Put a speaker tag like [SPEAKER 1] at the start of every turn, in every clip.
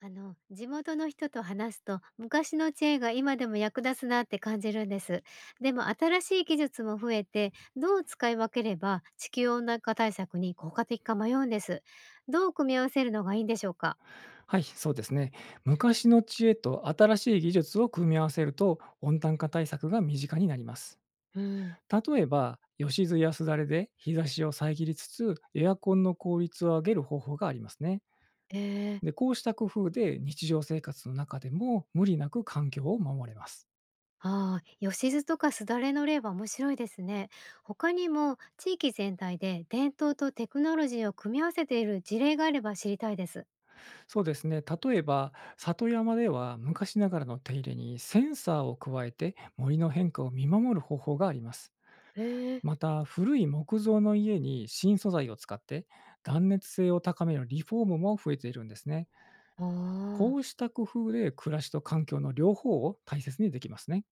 [SPEAKER 1] 地元の人と話すと、昔の知恵が今でも役立つなって感じるんです。でも、新しい技術も増えて、どう使い分ければ地球温暖化対策に効果的か迷うんです。どう組み合わせるのがいいんでしょうか？
[SPEAKER 2] はい、そうですね。昔の知恵と新しい技術を組み合わせると温暖化対策が身近になります。
[SPEAKER 1] うん、
[SPEAKER 2] 例えば、吉津やすだれで日差しを遮りつつ、エアコンの効率を上げる方法がありますね。
[SPEAKER 1] えー、
[SPEAKER 2] で、こうした工夫で日常生活の中でも無理なく環境を守れます。
[SPEAKER 1] ああ、よしずとかすだれの例は面白いですね。他にも、地域全体で伝統とテクノロジーを組み合わせている事例があれば知りたいです。
[SPEAKER 2] そうですね。例えば、里山では昔ながらの手入れにセンサーを加えて森の変化を見守る方法があります。
[SPEAKER 1] えー
[SPEAKER 2] また、古い木造の家に新素材を使って断熱性を高めるリフォームも増えているんですね。
[SPEAKER 1] あ
[SPEAKER 2] こ
[SPEAKER 1] あ。
[SPEAKER 2] うした工夫で暮らしと環境の両方を大切にできますね。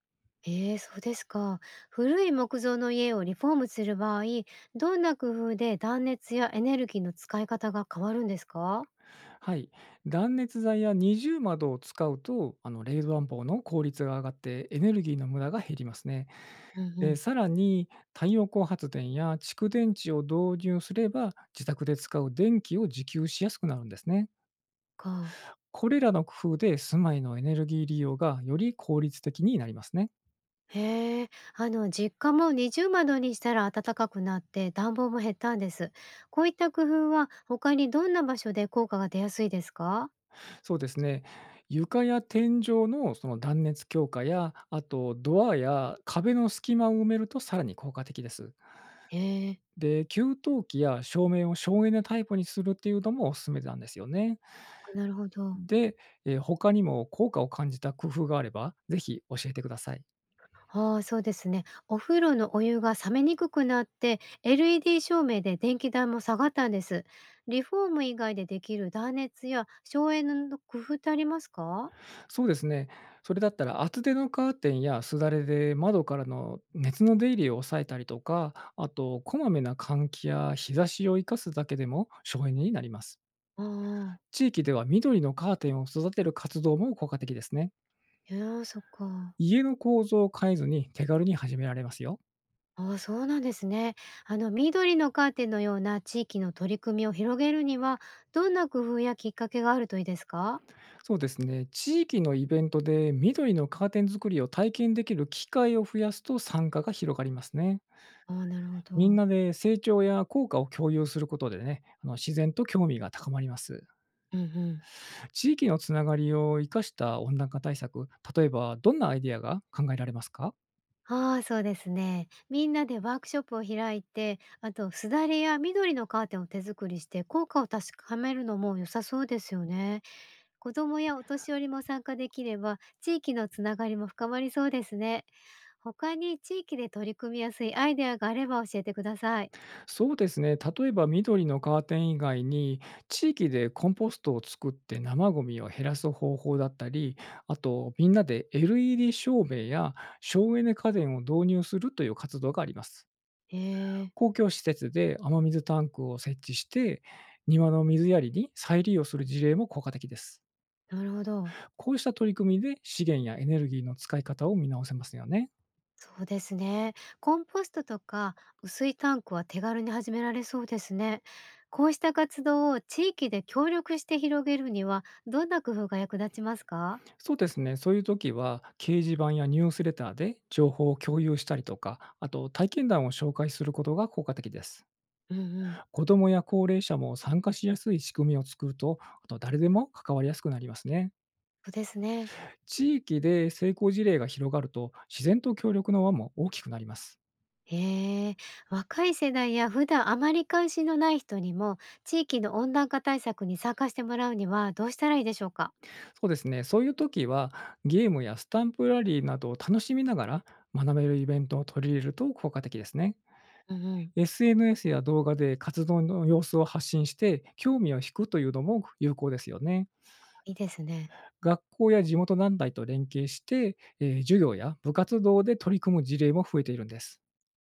[SPEAKER 1] ええ、そうですか。古い木造の家をリフォームする場合、どんな工夫で断熱やエネルギーの使い方が変わるんですか？
[SPEAKER 2] はい。断熱材や二重窓を使うと、冷暖房の効率が上がってエネルギーの無駄が減りますね。
[SPEAKER 1] うんう
[SPEAKER 2] で
[SPEAKER 1] ん。
[SPEAKER 2] さらに、太陽光発電や蓄電池を導入すれば、自宅で使う電気を自給しやすくなるんですね。
[SPEAKER 1] か。
[SPEAKER 2] これらの工夫で住まいのエネルギー利用がより効率的になりますね。
[SPEAKER 1] へえ、実家も二重窓にしたら暖かくなって暖房も減ったんです。こういった工夫は他にどんな場所で効果が出やすいですか？
[SPEAKER 2] そうですね。床や天井の断熱強化や、あとドアや壁の隙間を埋めるとさらに効果的です。
[SPEAKER 1] へえ。
[SPEAKER 2] で、給湯器や照明を省エネタイプにするっていうのもおすすめなんですよね。
[SPEAKER 1] あ、なるほど。
[SPEAKER 2] で、他にも効果を感じた工夫があれば、ぜひ教えてください。
[SPEAKER 1] ああ、そうですね。お風呂のお湯が冷めにくくなって、LED 照明で電気代も下がったんです。リフォーム以外でできる断熱や省エネの工夫ってありますか？
[SPEAKER 2] そうですね。それだったら厚手のカーテンやすだれで窓からの熱の出入りを抑えたりとか、あとこまめな換気や日差しを生かすだけでも省エネになります。
[SPEAKER 1] ああ、
[SPEAKER 2] 地域では緑のカーテンを育てる活動も効果的ですね。
[SPEAKER 1] いやー、そっか。
[SPEAKER 2] 家の構造を変えずに手軽に始められますよ。
[SPEAKER 1] ああ、そうなんですね。緑のカーテンのような地域の取り組みを広げるには、どんな工夫やきっかけがあるといいですか？
[SPEAKER 2] そうですね。地域のイベントで緑のカーテン作りを体験できる機会を増やすと参加が広がりますね。
[SPEAKER 1] ああ、なるほ
[SPEAKER 2] みん
[SPEAKER 1] ど。
[SPEAKER 2] なで成長や効果を共有することでね、自然と興味が高まります。
[SPEAKER 1] うんうん。
[SPEAKER 2] 地域のつながりを生かした温暖化対策、例えばどんなアイデアが考えられますか？
[SPEAKER 1] ああ、そうですね。みんなでワークショップを開いて、あとすだれや緑のカーテンを手作りして効果を確かめるのも良さそうですよね。子供やお年寄りも参加できれば、地域のつながりも深まりそうですね。他に地域で取り組みやすいアイデアがあれば教えてください。
[SPEAKER 2] そうですね、例えば緑のカーテン以外に、地域でコンポストを作って生ゴミを減らす方法だったり、あとみんなで LED 照明や省エネ家電を導入するという活動があります。
[SPEAKER 1] へえ、
[SPEAKER 2] 公共施設で雨水タンクを設置して、庭の水やりに再利用する事例も効果的です。
[SPEAKER 1] なるほど。
[SPEAKER 2] こうした取り組みで資源やエネルギーの使い方を見直せますよね。
[SPEAKER 1] そうですね。コンポストとか薄いタンクは手軽に始められそうですね。こうした活動を地域で協力して広げるにはどんな工夫が役立ちますか？
[SPEAKER 2] そうですね。そういう時は、掲示板やニュースレターで情報を共有したりとか、あと体験談を紹介することが効果的です。
[SPEAKER 1] うんうん。
[SPEAKER 2] 子どもや高齢者も参加しやすい仕組みを作ると、あと誰でも関わりやすくなりますね。
[SPEAKER 1] そうですね。
[SPEAKER 2] 地域で成功事例が広がると、自然と協力の輪も大きくなります。
[SPEAKER 1] へえ、若い世代や普段あまり関心のない人にも地域の温暖化対策に参加してもらうにはどうしたらいいでしょうか？
[SPEAKER 2] そうですね。そういう時は、ゲームやスタンプラリーなどを楽しみながら学べるイベントを取り入れると効果的ですね。
[SPEAKER 1] うんうん。
[SPEAKER 2] SNS や動画で活動の様子を発信して、興味を引くというのも有効ですよね。
[SPEAKER 1] いいですね。
[SPEAKER 2] 学校や地元団体と連携して、授業や部活動で取り組む事例も増えているんです。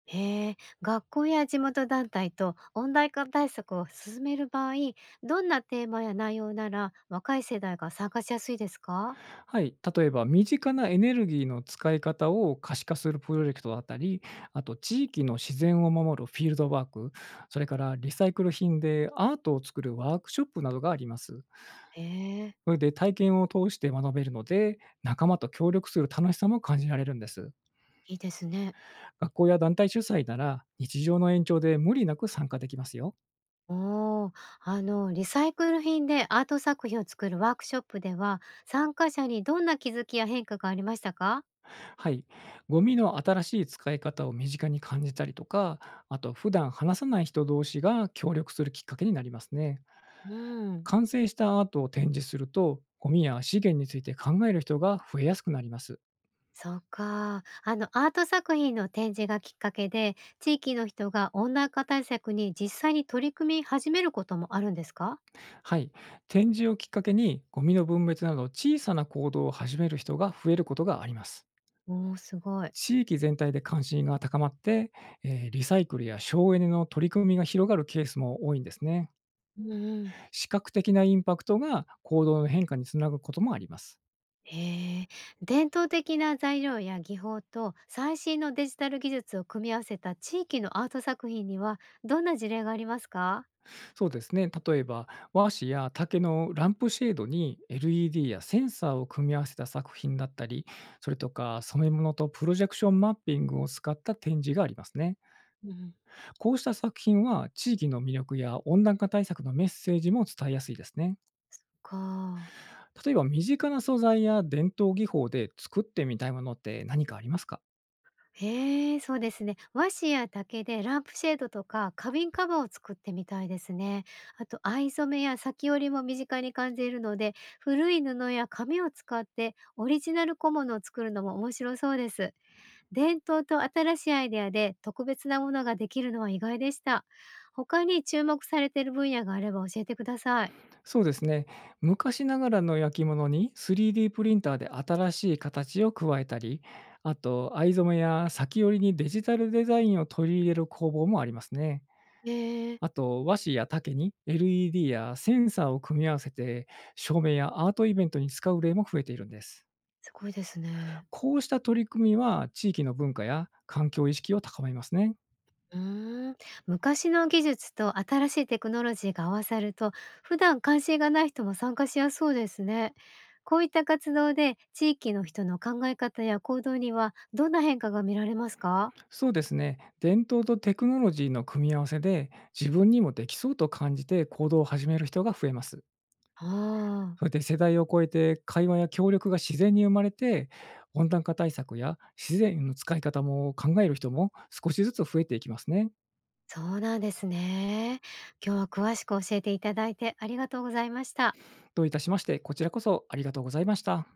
[SPEAKER 1] へえ、学校や地元団体と温暖化対策を進める場合、どんなテーマや内容なら若い世代が参加しやすいですか？
[SPEAKER 2] はい、例えば身近なエネルギーの使い方を可視化するプロジェクトだったり、あと地域の自然を守るフィールドワーク、それからリサイクル品でアートを作るワークショップなどがあります。
[SPEAKER 1] へえ、
[SPEAKER 2] それで体験を通して学べるので、仲間と協力する楽しさも感じられるんです。
[SPEAKER 1] いいですね。
[SPEAKER 2] 学校や団体主催なら、日常の延長で無理なく参加できますよ。
[SPEAKER 1] おー、リサイクル品でアート作品を作るワークショップでは、参加者にどんな気づきや変化がありましたか？
[SPEAKER 2] はい。ゴミの新しい使い方を身近に感じたりとか、あと普段話さない人同士が協力するきっかけになりますね。
[SPEAKER 1] うん。
[SPEAKER 2] 完成したアートを展示すると、ゴミや資源について考える人が増えやすくなります。
[SPEAKER 1] そうか。アート作品の展示がきっかけで、地域の人が温暖化対策に実際に取り組み始めることもあるんですか？
[SPEAKER 2] はい。展示をきっかけに、ゴミの分別など小さな行動を始める人が増えることがあります。
[SPEAKER 1] おー、すごい。
[SPEAKER 2] 地域全体で関心が高まって、リサイクルや省エネの取り組みが広がるケースも多いんですね。
[SPEAKER 1] うんうん。
[SPEAKER 2] 視覚的なインパクトが行動の変化につなぐこともあります。
[SPEAKER 1] へえ、伝統的な材料や技法と最新のデジタル技術を組み合わせた地域のアート作品にはどんな事例がありますか？
[SPEAKER 2] そうですね。例えば、和紙や竹のランプシェードに LED やセンサーを組み合わせた作品だったり、それとか染め物とプロジェクションマッピングを使った展示がありますね。
[SPEAKER 1] うん、
[SPEAKER 2] こうした作品は地域の魅力や温暖化対策のメッセージも伝えやすいですね。
[SPEAKER 1] か。
[SPEAKER 2] 例えば身近な素材や伝統技法で作ってみたいものって何かありますか？
[SPEAKER 1] へえ、そうですね。和紙や竹でランプシェードとか花瓶カバーを作ってみたいですね。あと藍染めや裂き織りも身近に感じるので、古い布や紙を使ってオリジナル小物を作るのも面白そうです。伝統と新しいアイデアで特別なものができるのは意外でした。他に注目されている分野があれば教えてください。
[SPEAKER 2] そうですね。昔ながらの焼き物に 3D プリンターで新しい形を加えたり、あと藍染めや先織りにデジタルデザインを取り入れる工房もありますね。
[SPEAKER 1] えー、
[SPEAKER 2] あと和紙や竹に LED やセンサーを組み合わせて、照明やアートイベントに使う例も増えているんです。
[SPEAKER 1] すごいですね。
[SPEAKER 2] こうした取り組みは地域の文化や環境意識を高めますね。
[SPEAKER 1] うーん、昔の技術と新しいテクノロジーが合わさると普段関心がない人も参加しやすそうですね。こういった活動で地域の人の考え方や行動にはどんな変化が見られますか？
[SPEAKER 2] そうですね。伝統とテクノロジーの組み合わせで、自分にもできそうと感じて行動を始める人が増えます。
[SPEAKER 1] ああ、
[SPEAKER 2] それで世代を超えて会話や協力が自然に生まれて、温暖化対策や自然の使い方も考える人も少しずつ増えていきますね。
[SPEAKER 1] そうなんですね。今日は詳しく教えていただいてありがとうございました。
[SPEAKER 2] どういたしまして、こちらこそありがとうございました。